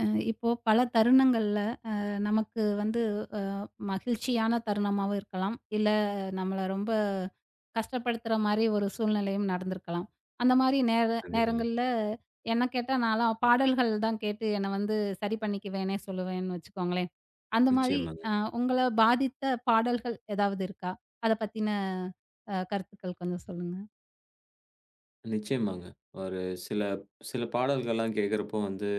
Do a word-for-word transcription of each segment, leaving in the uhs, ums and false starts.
அ இப்போ பல தருணங்கள்ல அ நமக்கு வந்து அ மகிழ்ச்சியான தருணமாவும் இருக்கலாம். இல்ல நம்மள ரொம்ப கஷ்டப்படுத்துற மாரி ஒரு சூழ்நிலையும் நடந்திருக்கலாம். அந்த மாரி நேர கண்டிப்பாங்க. நேரங்கள்ல என்ன கேட்டா நான்லாம் பாடல்கள் தான் கேட்டு என்ன வந்து சரி பண்ணிக்குவேன்னே சொல்லுவேன்னு வச்சுக்கோங்களேன். அந்த மாரி நிச்சயமாங்க, அ உங்கள பாதித்த பாடல்கள் ஏதாவது இருக்கா? அத பத்தின அ கருத்துக்கள் கொஞ்சம் சொல்லுங்க. நிச்சயமாங்க. ஒரு சில சில பாடல்கள்லாம் கேட்கிறப்போ வந்து,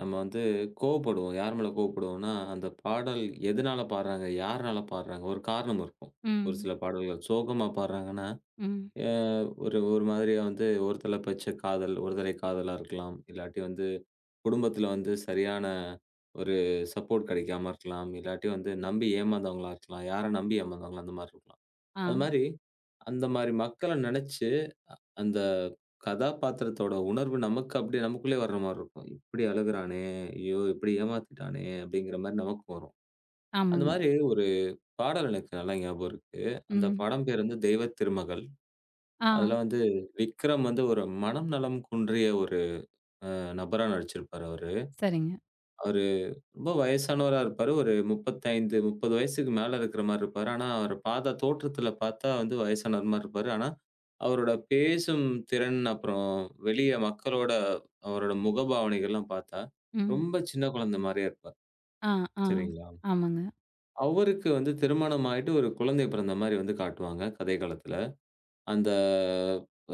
நம்ம வந்து கோவப்படுவோம். யார் மேல கோவப்படுவோம்னா, அந்த பாடல் எதனால பாடுறாங்க? யாருனால பாடுறாங்க? ஒரு காரணம் இருக்கும். ஒரு ம், சில பாடல்கள் சோகமா பாடுறாங்கன்னா, ம். அ ஒரு ஒரு மாதிரியா வந்து ஒரு தலைப்பட்ச காதல், ஒரு தலை காதலா இருக்கலாம். இல்லாட்டி வந்து குடும்பத்தில வந்து சரியான ஒரு சப்போர்ட் கிடைக்காம இருக்கலாம். இல்லாட்டி வந்து நம்பி ஏமாந்தவங்களா இருக்கலாம். யார நம்பி ஏமாந்தவங்களா அந்த மாரி இருக்கலாம். ஆ, அது மாரி அந்த மாரி மக்கள நெனச்சு அந்த கதாபாத்திரத்தோட உணர்வு நமக்கு அப்படியே நமக்குள்ளே வர்ற மாரி இருக்கும். "இப்படி அழுகுறானே! ஐயோ! இப்படி ஏமாத்திட்டானே!" அப்படிங்கிற மாரி நமக்கு வரும். அந்த ஆமாங்க. மாரி ஒரு பாடல் எனக்கு நல்லா ஞாபகம் இருக்கு. அந்த ம். படம் பேர் வந்து "தெய்வ திருமகள்". ஆ, அதுல வந்து விக்ரம் வந்து ஒரு மனம் நலம் குன்றிய ஒரு அ நபரா நடிச்சிருப்பாரு அவரு. சரிங்க. அவரு ரொம்ப வயசானவரா இருப்பாரு. ஒரு முப்பத்தி ஐந்து, முப்பது வயசுக்கு மேல இருக்கிற மாரி இருப்பாரு. ஆனா, அவர பார்த்தா தோற்றத்துல பார்த்தா வந்து வயசானவர் மாரி இருப்பாரு. ஆனா, அவரோட பேசும் திறன், அப்புறம் வெளிய மக்களோட அவரோட முகபாவனைகள்லாம் பார்த்தா, ம். ரொம்ப சின்ன குழந்தை மாரியே இருப்பார். ஆ, ஆ. சரிங்களா? ஆமாங்க. அவருக்கு வந்து திருமணம் ஆயிட்டு ஒரு குழந்தை பிறந்த மாரி வந்து காட்டுவாங்க, கதைக்களத்துல. அந்த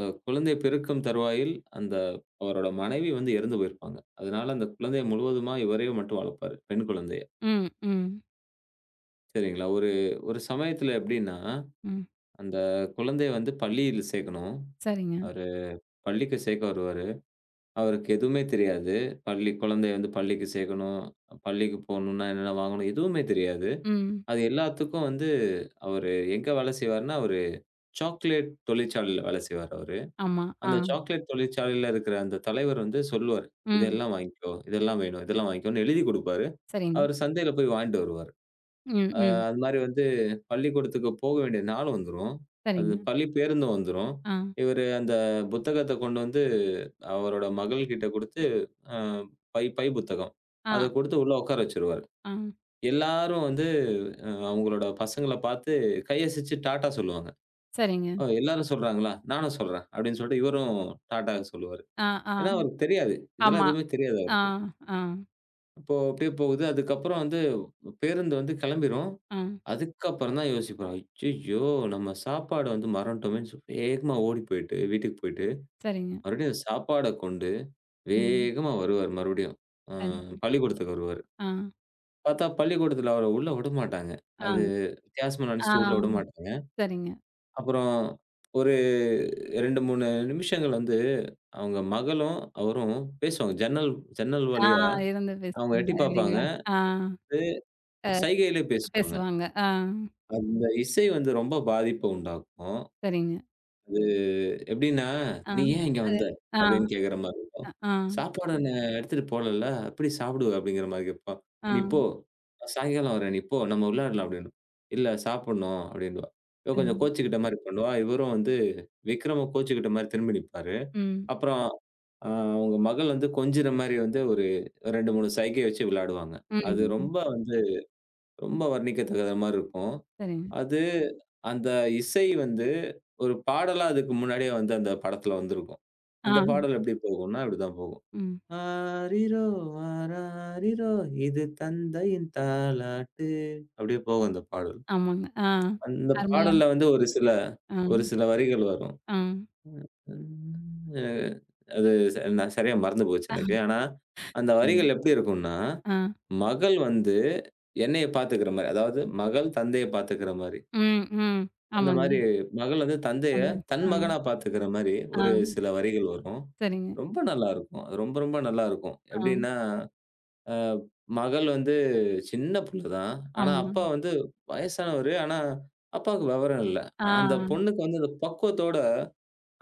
அ குழந்தை பிறக்கும் தருவாயில், அந்த அவரோட மனைவி வந்து இறந்து போயிருப்பாங்க. அதனால அந்த குழந்தைய முழுவதுமா இவரே மட்டும் வளர்ப்பாரு. பெண் குழந்தைய. ம், ம், சரிங்களா. ஒரு ஒரு சமயத்துல எப்படின்னா, ம். அந்த குழந்தைய வந்து பள்ளியில சேர்க்கணும். சரிங்க. அவரு பள்ளிக்கு சேர்க்க வருவாரு. அவருக்கு எதுவுமே தெரியாது. பள்ளி குழந்தைய வந்து பள்ளிக்கு சேர்க்கணும். பள்ளிக்கு போகணும்னா என்னென்ன வாங்கணும், எதுவுமே தெரியாது. ம். அது எல்லாத்துக்கும் வந்து அவரு எங்க வேலை செய்வாருன்னா, அவரு சாக்லேட் தொழிற்சாலையில வேலை செய்வாரு அவரு. ஆமா. ஆ. அந்த சாக்லேட் தொழிற்சாலையில இருக்கிற அந்த தலைவர் வந்து சொல்லுவாரு. ம். இதெல்லாம் வாங்கிக்கோ, இதெல்லாம் வேணும், இதெல்லாம் வாங்கிக்கோன்னு எழுதி குடுப்பாரு. சரிங்க. அவரு சந்தையில போய் வாங்கிட்டு வருவாரு. ம், அ ம். அது மாரி வந்து பள்ளிக்கூடத்துக்கு போக வேண்டிய நாள் வந்துரும். அது சரிங்க. பள்ளி பேருந்து வந்துரும். ஆ, இவரு அந்த புத்தகத்த கொண்டு வந்து அவரோட மகள்கிட்ட குடுத்து, அ பை பை புத்தகம். ஆ, அத குடுத்து உள்ள உட்கார வச்சுருவாரு. ஆ. எல்லாரும் வந்து அ அவங்களோட பசங்கள பார்த்து கையசைச்சு டாட்டா சொல்லுவாங்க. சரிங்க. "ஓ! எல்லாரும் சொல்றாங்களா? நானும் சொல்றேன்." அப்படின்னு சொல்லிட்டு இவரும் டாட்டா சொல்லுவாரு. ஆ, ஏன்னா ஆ. அவருக்கு தெரியாது. இதெல்லாம் ஆமா. எதுவுமே தெரியாது ஆ, அவருக்கு. ஆ, அப்போ அப்படியே போகுது. அதுக்கப்புறம் வந்து பேருந்து வந்து கிளம்பிரும். ஆ. அதுக்கப்புறம் தான் யோசிப்போம். அய்யய்யோ! நம்ம சாப்பாட வந்து மறந்துட்டோமேன்னு சொ வேகமா ஓடி போயிட்டு, வீட்டுக்கு போயிட்டு, சரிங்க. மறுபடியும் சாப்பாட கொண்டு ம். வேகமா வருவாரு மறுபடியும். அ சரிங்க. பள்ளிக்கூடத்துக்கு வருவாரு. ஆ, பார்த்தா பள்ளிக்கூடத்துல அவர உள்ள விடமாட்டாங்க. ஆ, அது வித்தியாசமா ஆ. நெனச்சுட்டு உள்ள விடமாட்டாங்க. சரிங்க. அப்புறம் ஒரு இரண்டு, மூணு நிமிஷங்கள் வந்து அவங்க மகளும், அவரும் பேசுவாங்க. ஜன்னல் ஜன்னல் ஆ வழியா இருந்து அவங்க எட்டி பேசுவாங்க பார்ப்பாங்க. இல்லைங்களா? ஆ அது சைகையிலே பேசுவாங்க. பேசுவாங்க. ஆ. அந்த இசை வந்து ரொம்ப பாதிப்ப உண்டாக்கும். சரிங்க. அது எப்படின்னா, ஆ, "நீ ஏன் இங்க வந்த?" ஆ, அப்படின்னு கேட்கிற மாரி இருக்கும். அ, ஆ, "சாப்பாடு நான் எடுத்துட்டு போலல்ல, எப்படி சாப்பிடுவ?" அப்படிங்கிற மாரி கேட்பான். "நீ போ, ஆ. நான் சாயங்காலம் வரேன். நீ போ, நம்ம விளையாடலாம்" அப்படின்னும். "இல்ல சாப்பிடணும்" அப்படின்னுவா. இவ கொஞ்சம் சரிங்க. கோச்சுக்கிட்ட மாரி பண்ணுவா. இவரும் வந்து விக்ரமும் கோச்சுக்கிட்ட மாரி திரும்பி நிப்பாரு. ம், அப்புறம் அ அவங்க மகள் வந்து கொஞ்சுற மாரி வந்து ஒரு ரெண்டு, மூணு சைகை வச்சு விளையாடுவாங்க. அது ம். ரொம்ப வந்து ரொம்ப வர்ணிக்கத்தக்கத மாரி இருக்கும். சரிங்க. அது அந்த இசை வந்து ஒரு பாடலா அதுக்கு முன்னாடியே வந்து அந்த படத்துல வந்திருக்கும். அந்த ஆ, பாடல் எப்படி போகும்னா, இப்படிதான் போகும். ம். "ஆரிரோ ஆராரிரோ இது தந்தையின் தாலாட்டு" அப்படியே போகும் அந்த பாடல். ஆமாங்க. ஆ. அந்த அருமையான பாடல்ல வந்து ஒரு சில ஆ, ஒரு சில வரிகள் வரும். ஆ, அ அது ச நான் சரியா மறந்து போச்சு எனக்கு. ஆனா, அந்த ம். வரிகள் எப்படி இருக்கும்னா, ஆ, மகள் வந்து என்னைய பாத்துக்கிற மாரி. அதாவது மகள் தந்தைய பாத்துக்கிற மாரி. ம், ம். அந்த ஆமாங்க. மாரி மகள் வந்து தந்தைய அது தன் ஆ, மகனா பாத்துக்கிற மாரி ஒரு ஆ, சில வரிகள் வரும். சரிங்க. ரொம்ப நல்லாருக்கும். அது ரொம்ப ரொம்ப நல்லாருக்கும். ஆ, எப்டின்னா, அ மகள் வந்து சின்ன புள்ள தான். ஆனா, ஆமா. அப்பா வந்து வயசானவரு. ஆனா, அப்பாவுக்கு விவரம் இல்ல. ஆ, ஆனா, அந்த பொண்ணுக்கு வந்து அந்த பக்குவத்தோட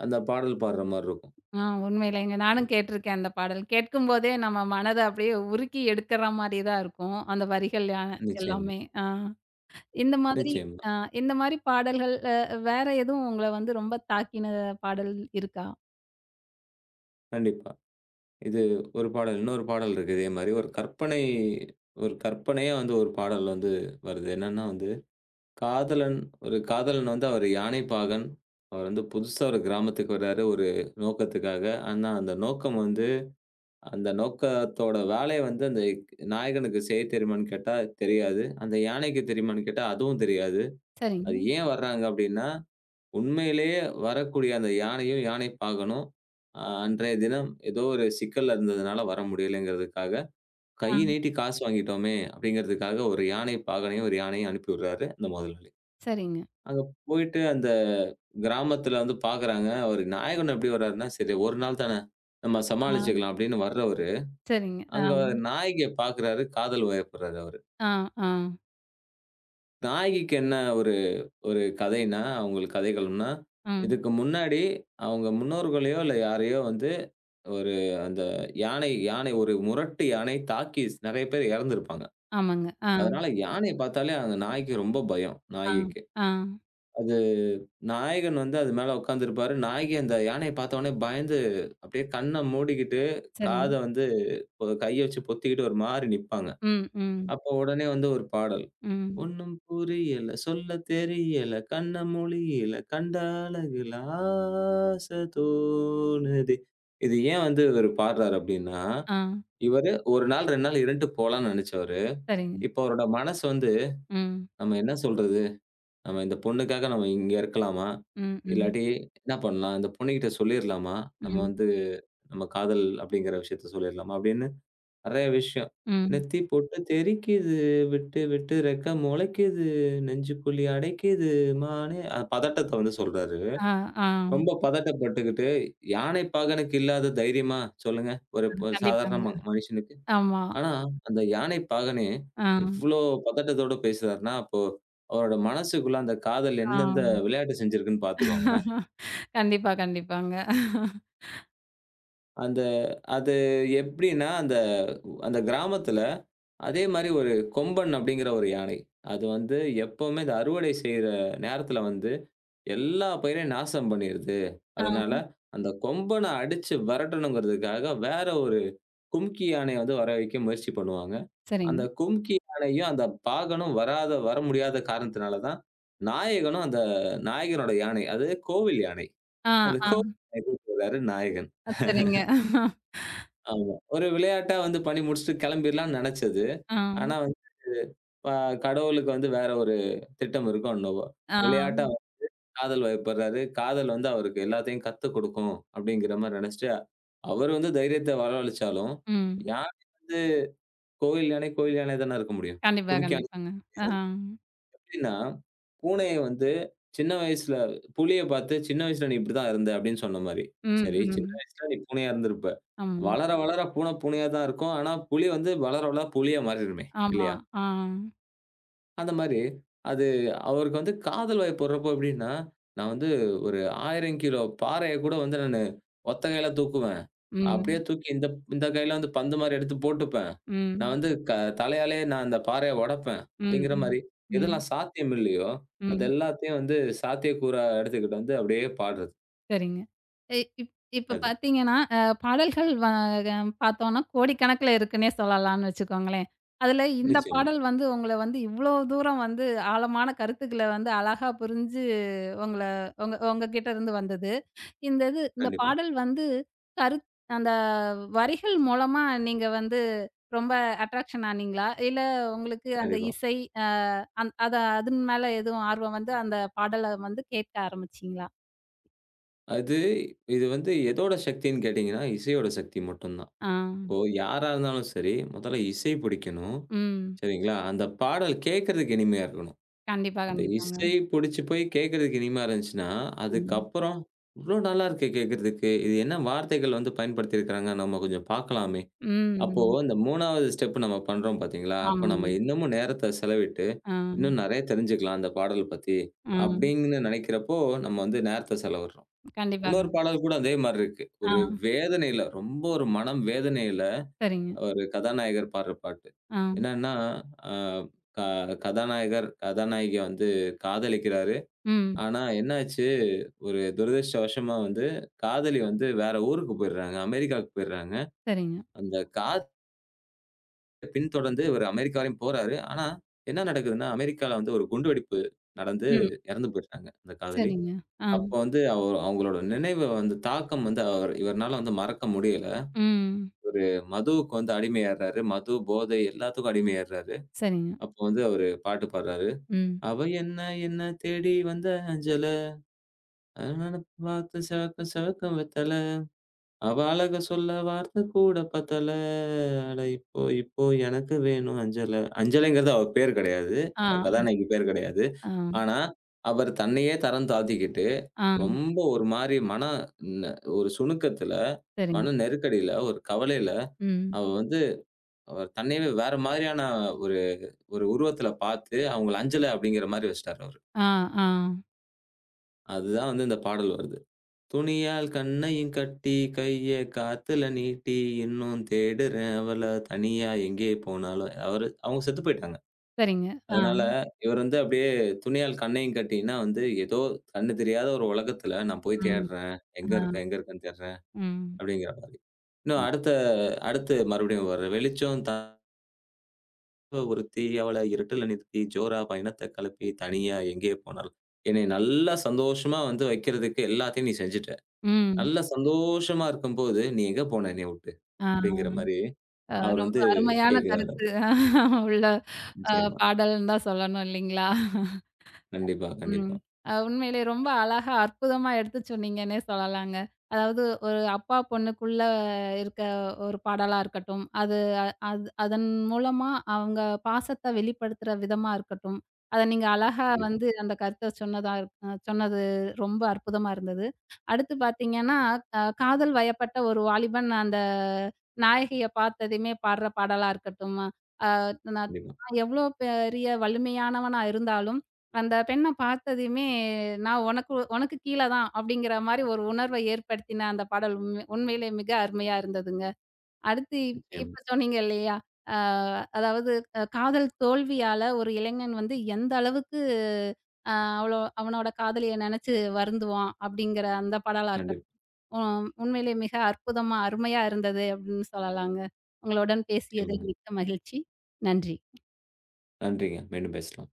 அந்த பாடல் பாடுற மாரி இருக்கும். ஆ உண்மையிலேங்க. நானும் கேட்டுருக்கேன் அந்த பாடல். கேட்கும்போதே நம்ம மனத அப்படியே உருக்கி எடுக்கிற மாரி தான் இருக்கும். அந்த வரிகள் அ நிச்சயமா, எல்லாமே. ஆ, இந்த மாதிரி நிச்சயமா. ஆ இந்த மாரி பாடல்கள் அ வேற எதுவும் உங்கள வந்து ரொம்ப தாக்கின பாடல் இருக்கா? கண்டிப்பா. இது ஒரு பாடல். இன்னொரு பாடல் இருக்கு இதே மாரி. ஒரு கற்பனை ஒரு கற்பனையா வந்து ஒரு பாடல் வந்து வருது. என்னன்னா வந்து காதலன் ஒரு காதலன் வந்து அவர் யானைப்பாகன். அவர் வந்து புதுசா ஒரு கிராமத்துக்கு வராரு, ஒரு நோக்கத்துக்காக. ஆனா, அந்த நோக்கம் வந்து அந்த நோக்கத்தோட வேலை வந்து அந்த நாயகனுக்கு செய்ய தெரியுமான்னு கேட்டா தெரியாது. அந்த யானைக்கு தெரியுமான்னு கேட்டா அதுவும் தெரியாது. அது சரிங்க. ஏன் வர்றாங்க அப்டின்னா, உண்மையிலேயே வரக்கூடிய அந்த யானையும், யானைப்பாகனும் அ அன்றைய தினம் ஏதோ ஒரு சிக்கல்ல இருந்ததுனால வர முடியலைங்கிறதுக்காக, "கை ஆ, நீட்டி காசு வாங்கிட்டோமே!" அப்டிங்கிறதுக்காக ஒரு யானைப்பாகனையும், ஒரு யானையும் அனுப்பி விடுறாரு அந்த முதலாளி. சரிங்க. அங்க போயிட்டு அந்த கிராமத்துல வந்து பார்க்குறாங்க. அவரு நாயகன் எப்படி வர்றாருன்னா, சரி ஒரு நாள் தானே, நம்ம ஆ, சமாளிச்சுக்கலாம் அப்படின்னு வர்றவரு, சரிங்க. ஆ, அங்க நாயகிய பார்க்குறாரு, காதல் வயப்படுறாரு அவரு. ஆ, ஆ, நாயகிக்கு என்ன ஒரு ஒரு கதைன்னா, அவங்களுக்கு கதைகள்னா, ம். இதுக்கு முன்னாடி அவங்க முன்னோர்களையோ, இல்ல யாரையோ வந்து ஒரு அந்த யானை யானை ஒரு முரட்டு யானை தாக்கி ஸ் நெறைய பேர் இறந்திருப்பாங்க. ஆமாங்க. ஆ, அதனால யானைய பார்த்தாலே அந்த நாய்க்கு ரொம்ப பயம், ஆ, நாயகிக்கு. ஆ, அது நாயகன் வந்து அது மேல உட்கார்ந்திருப்பாரு. நாயகி அந்த யானைய பார்த்தவுனே பயந்து அப்படியே கண்ண மூடிக்கிட்டு, சரிங்க. காத வந்து பொ கைய வச்சு பொத்திக்கிட்டு ஒரு மாரி நிப்பாங்க. ம், ம். அப்போ உடனே வந்து ஒரு பாடல். ம். "ஒண்ணும் புரியல, சொல்ல தெரியல, கண்ண மூழியல, கண்ட அழகுல ஆச தோணுதே." இது ஏன் வந்து இவரு பாடுறாரு அப்படின்னா, ஆ. இவரு ஒரு நாள், ரெண்டு நாள் இருண்டுட்டு போலான்னு நெனச்சவரு. சரிங்க. இப்போ அவரோட மனசு வந்து, ம். "நம்ம என்ன சொல்றது? நம்ம இந்த பொண்ணுக்காக நம்ம இங்க இருக்கலாமா? ம், ம், இல்லாட்டி என்ன பண்ணலாம்? இந்த பொண்ணுகிட்ட சொல்லிர்லாமா? நம்ம ம், வந்து நம்ம காதல் அப்படிங்கிற விஷயத்த சொல்லிர்லாமா? அப்படின்னு நெறைய விஷயம். ம். நெத்தி பொட்டு தெறிக்கிது, விட்டு விட்டு ரெக்க மொளைக்கிது, நெஞ்சுக்குழி அடைக்கிது மானே அ பதட்டத்த வந்து சொல்றாரு. ஆ, ஆ. ரொம்ப பதட்டப்பட்டுக்கிட்டு, யானை பாகனுக்கு இல்லாத தைரியமா சொல்லுங்க? ஒரு ஒரு சாதாரண கண்டிப்பாங்க. ம மனுஷனுக்கு. ஆமா. ஆனா, அந்த யானை பாகனே ஆ, எவ்ளோ பதட்டத்தோட பேசுறார்ன்னா, அப்போ அவரோட மனசுக்குள்ள அந்த காதல் ஆ. எந்தெந்த விளையாட்டு செஞ்சிருக்குன்னு பார்த்துக்கோங்களேன். கண்டிப்பா, கண்டிப்பாங்க. அந்த அது எப்டின்னா, அந்த அந்த கிராமத்துல அதே மாரி ஒரு கொம்பன் அப்டிங்கிற ஒரு யானை. அது வந்து எப்பவுமே இந்த அறுவடை செய்ற நேரத்துல வந்து எல்லா பயிரையும் நாசம் பண்ணிருது. அதனால ஆ. அந்த கொம்பன அடிச்சு வெரட்டணுங்கிறதுக்காக வேற ஒரு கும்கி யானைய வந்து வர வைக்க முயற்சி பண்ணுவாங்க. அந்த சரிங்க. கும்கி யானையும், அந்த பாகனும் வராத வர முடியாத காரணத்தினால தான், நாயகனும் அந்த நாயகனோட யானை, அது கோவில் யானை. ஆ, அந்த ஆ. கோவில் யானைய கூட்டிட்டு வராரு நாயகன். சரிங்க. ஆமா. ஒரு விளையாட்டா வந்து பண்ணி முடிச்சுட்டு கிளம்பிர்லாம்ன்னு நெனச்சது. ஆ, ஆனா வந்து ப கடவுளுக்கு வந்து வேற ஒரு திட்டம் இருக்கோ என்னவோ! ஆ. விளையாட்டா அவர் காதல் வயப்படுறாரு. காதல் வந்து அவருக்கு எல்லாத்தையும் கத்து குடுக்கும், அப்பிடிங்கிற மாரி நெனச்சுட்டு, அவரு வந்து தைரியத்த வரவழிச்சாலும், ம். யானை கோயில் யானை, கோயில் யானையா தான இருக்க முடியும். கண்டிப்பா, கும்கி யானை கண்டிப்பாங்க. ஆ. கிடையாது. எப்படின்னா, பூனைய வந்து சின்ன வயசுல புலிய பார்த்து சின்ன வயசுல நீ இப்படிதான் இருந்த அப்படின்னு சொன்ன மாரி. ம், சரி, சின்ன ம். வயசுல நீ பூனையா இருந்திருப்ப. ஆமா, வளர, வளர பூனை பூனையா தான் இருக்கும். ஆனா, புலி வந்து வளர, வளர புலியா மாறிடுமே! ஆமா. இல்லையா? ஆ. அந்த மாரி, அது அவருக்கு வந்து காதல் வயப் வர்றப்போ எப்படின்னா, நான் வந்து ஒரு ஆயிரம் கிலோ பாறைய கூட வந்து நானு ஒத்த கையில தூக்குவேன். அப்படியே ம், தூக்கி இந்த இந்த கையில வந்து பந்து மாரி எடுத்து போட்டுப்பேன். நான் ம், வந்து க தலையாலேயே நான் அந்த பாறைய உடைப்பேன். ம், அப்படிங்கிற ம், மாரி, ம், எதெல்லாம் சாத்தியம் இல்லையோ, அது ம். எல்லாத்தையும் வந்து சாத்தியக்கூறா எடுத்துக்கிட்டு வந்து அப்படியே பாடுறது. சரிங்க. இ இப் இப்ப அது. பார்த்தீங்கன்னா, அ பாடல்கள் வ அஹ், பார்த்தோம்னா, கோடிக்கணக்குல இருக்குன்னே சொல்லலாம்னு வச்சுக்கோங்களேன். அதுல இந்த நிச்சயமா. பாடல் வந்து உங்கள வந்து இவ்ளோ தூரம் வந்து ஆழமான கருத்துக்கள வந்து அழகா புரிஞ்சு உங்கள உங்க உங்ககிட்ட இருந்து வந்தது. இந்த இது இந்த கண்டிப்பா, பாடல் வந்து கருத் அந்த வரிகள் மூலமா நீங்க வந்து ரொம்ப அட்ராக்ஷன் ஆனீங்களா? இல்ல உங்களுக்கு அந்த கண்டிப்பா. இசை அ அந் அத அதன் மேல எதுவும் ஆர்வம் வந்து அந்த பாடல வந்து கேட்க ஆரம்பிச்சீங்களா? அது இது வந்து எதோட சக்தின்னு கேட்டீங்கன்னா, இசையோட சக்தி மட்டும் தான். ஆ. இப்போ யாரா இருந்தாலும் சரி, முதல்ல இசை பிடிக்கணும். ம். சரிங்களா? அந்த பாடல் கேட்கறதுக்கு இனிமையா இருக்கணும். கண்டிப்பா, இந்த இசை கண்டிப்பாங்க. புடிச்சு போய் கேட்கறதுக்கு இனிமையா இருந்துச்சுன்னா, ம். அதுக்கப்புறம் "இவ்ளோ நல்லா இருக்கே கேட்கறதுக்கு. இது என்ன வார்த்தைகள் வந்து பயன்படுத்தியிருக்கிறாங்க. நம்ம கொஞ்சம் பார்க்கலாமே!" அப்போ ம். இந்த 3வது ஸ்டெப் நம்ம பண்றோம் பார்த்தீங்களா? அப்ப ஆமாங்க. நம்ம இன்னமும் நேரத்த செலவிட்டு, ஆ, இன்னும் நெறைய தெரிஞ்சுக்கலாம் அந்த பாடல் பத்தி. ம். அப்டின்னு நெனைக்கிறப்போ, நம்ம வந்து நேரத்த செலவிடுறோம். கண்டிப்பா, இன்னொரு கண் பாடல் கூட அதே மாரி இருக்கு. ஆ, ஒரு வேதனையில ரொம்ப ஒரு மனம் வேதனையில சரிங்க. ஒரு கதாநாயகர் பாடுற பாட்டு. ஆ, என்னன்னா, அ க கதாநாயகர், கதாநாயகிய வந்து காதலிக்கிறாரு. ம். ஆனா என்னாச்சு, ஒரு துரதிர்ஷ்டவசமா வந்து காதலி வந்து வேற ஊருக்கு போயிடுறாங்க. அமெரிக்காவுக்கு போயிடுறாங்க. சரிங்க. அந்த காதலிய பின்தொடர்ந்து இவரு அமெரிக்கா வரையும் போறாரு. ஆனா என்ன நடக்குதுன்னா, அமெரிக்கால வந்து ஒரு குண்டுவெடிப்பு நடந்து ம். இறந்து போயிடுறாங்க, அந்த காதலி. சரிங்க. ஆ, அப்ப வந்து அவ அவங்களோட நினைவு வந்து தாக்கம் வந்து அவர் இவருனால வந்து மறக்க முடியல. ம். ஒரு மதுவுக்கு வந்து அடிமையாயிடுறாரு. மது, போதை எல்லாத்துக்கும் அடிமையாயிடுறாரு. சரிங்க. அப்போ வந்து அவரு பாட்டு பாடுறாரு. ம். "அவ என்ன என்ன தேடி வந்த அஞ்சல, பார்த்து சிவக்க சிவக்கும் வெத்தல, அவ அழக சொல்ல வார்த்தை கூட பத்தல, அட இப்போ இப்போ எனக்கு வேணும் அஞ்சல." அஞ்சலைங்கிறது அவ பேர் கிடையாது. ஆ, கதாநாயகி பேர் கிடையாது. ஆ, ஆனா, அவர் தன்னையே தரம் தாழ்த்திக்கிட்டு, ஆ. ரொம்ப ஒரு மாரி மன ந ஒரு சுணுக்கத்துல, சரிங்க. மன நெருக்கடியில, ஒரு கவலையில, ம். அவ வந்து அவர் தன்னையவே வேற மாரியான ஒரு ஒரு உருவத்துல பார்த்து, அவங்கள அஞ்சல அப்படிங்கிற மாரி வச்சுட்டாரு அவரு. ஆ, ஆ. அதுதான் வந்து இந்த பாடல் வருது. "துணியால் கண்ணையும் கட்டி, கைய காத்துல நீட்டி, இன்னும் தேடுறேன் அவள தனியா எங்கே போனாலும்" அவரு அவங்க செத்து போயிட்டாங்க. சரிங்க. ஆ, அதனால இவர் வந்து அப்படியே துணியால் கண்ணையும் கட்டின்னா வந்து, ஏதோ கண்ணு தெரியாத ஒரு உலகத்துல நான் போய் ம். தேடுறேன். ஆ, எங்க இருக்க, எங்க இருக்கன்னு தேடுறேன் ம். அப்படிங்கிற மாரி. இன்னும் அடுத்த அடுத்து மறுபடியும் வர்ற "வெளிச்சம் தாவ ஒருத்தி, அவள இருட்டுல நிறுத்தி, ஜோரா பயணத்த கலப்பி, தனியா எங்கே போனாலும்" என்னைய நல்லா சந்தோஷமா வந்து வைக்கிறதுக்கு எல்லாத்தையும் நீ செஞ்சுட்ட. ம். நல்ல சந்தோஷமா இருக்கும்போது, "நீ எங்க போன என்னைய வுட்டு?" ஆ, அப்படிங்கிற மாரி அ அவர் ரொம்ப வந்து அருமையான கேட்கிறாரு கருத்து அவரு. உள்ள அ நிச்சயமா. பாடல்ன்னு தான் சொல்லணும் இல்லைங்களா? கண்டிப்பா, ம். கண்டிப்பா, அ உண்மையிலே ரொம்ப அழகா, அற்புதமா எடுத்து சொன்னீங்கன்னே சொல்லலாங்க. அதாவது ஒரு அப்பா பொண்ணுக்குள்ள இருக்க ஒரு பாடலா இருக்கட்டும், அது அ- அது அதன் மூலமா அவங்க பாசத்த வெளிப்படுத்துற விதமா இருக்கட்டும், அத நீங்க அழகா கண்டிப்பா, வந்து அந்த கருத்த சொன்னதா அ சொன்னது ரொம்ப அற்புதமா இருந்தது. அடுத்து பார்த்தீங்கன்னா, அ காதல் வயப்பட்ட ஒரு வாலிபன் அந்த நாயகிய பார்த்ததுமே பாடுற பாடலா இருக்கட்டும், அ நான் கண்டிப்பா. எவ்வளோ பெரிய வலிமையானவனா இருந்தாலும் அந்த பெண்ண பார்த்ததுமே, நான் உனக்கு உனக்கு கீழ தான் அப்படிங்கிற மாரி ஒரு உணர்வை ஏற்படுத்தின அந்த பாடல் உண்மை உண்மையிலே மிக அருமையா இருந்ததுங்க. அடுத்து இப் நிச்சயம். இப்ப சொன்னீங்க இல்லையா? அ அதாவது அ காதல் தோல்வியால ஒரு இளைஞன் வந்து எந்த அளவுக்கு அ அவளோ அவனோட காதலிய நெனச்சு வருந்துவான் அப்படிங்கிற அந்த பாடலா இருக்கட்டும். கண்டிப்பா. ம் உண்மையிலே மிக அற்புதமா, அருமையா இருந்தது அப்படின்னு சொல்லலாங்க. உங்களுடன் பேசியதில் நிச்சயமாங்க. மிக்க மகிழ்ச்சி. நன்றி. நன்றிங்க. மீண்டும் பேசலாம்.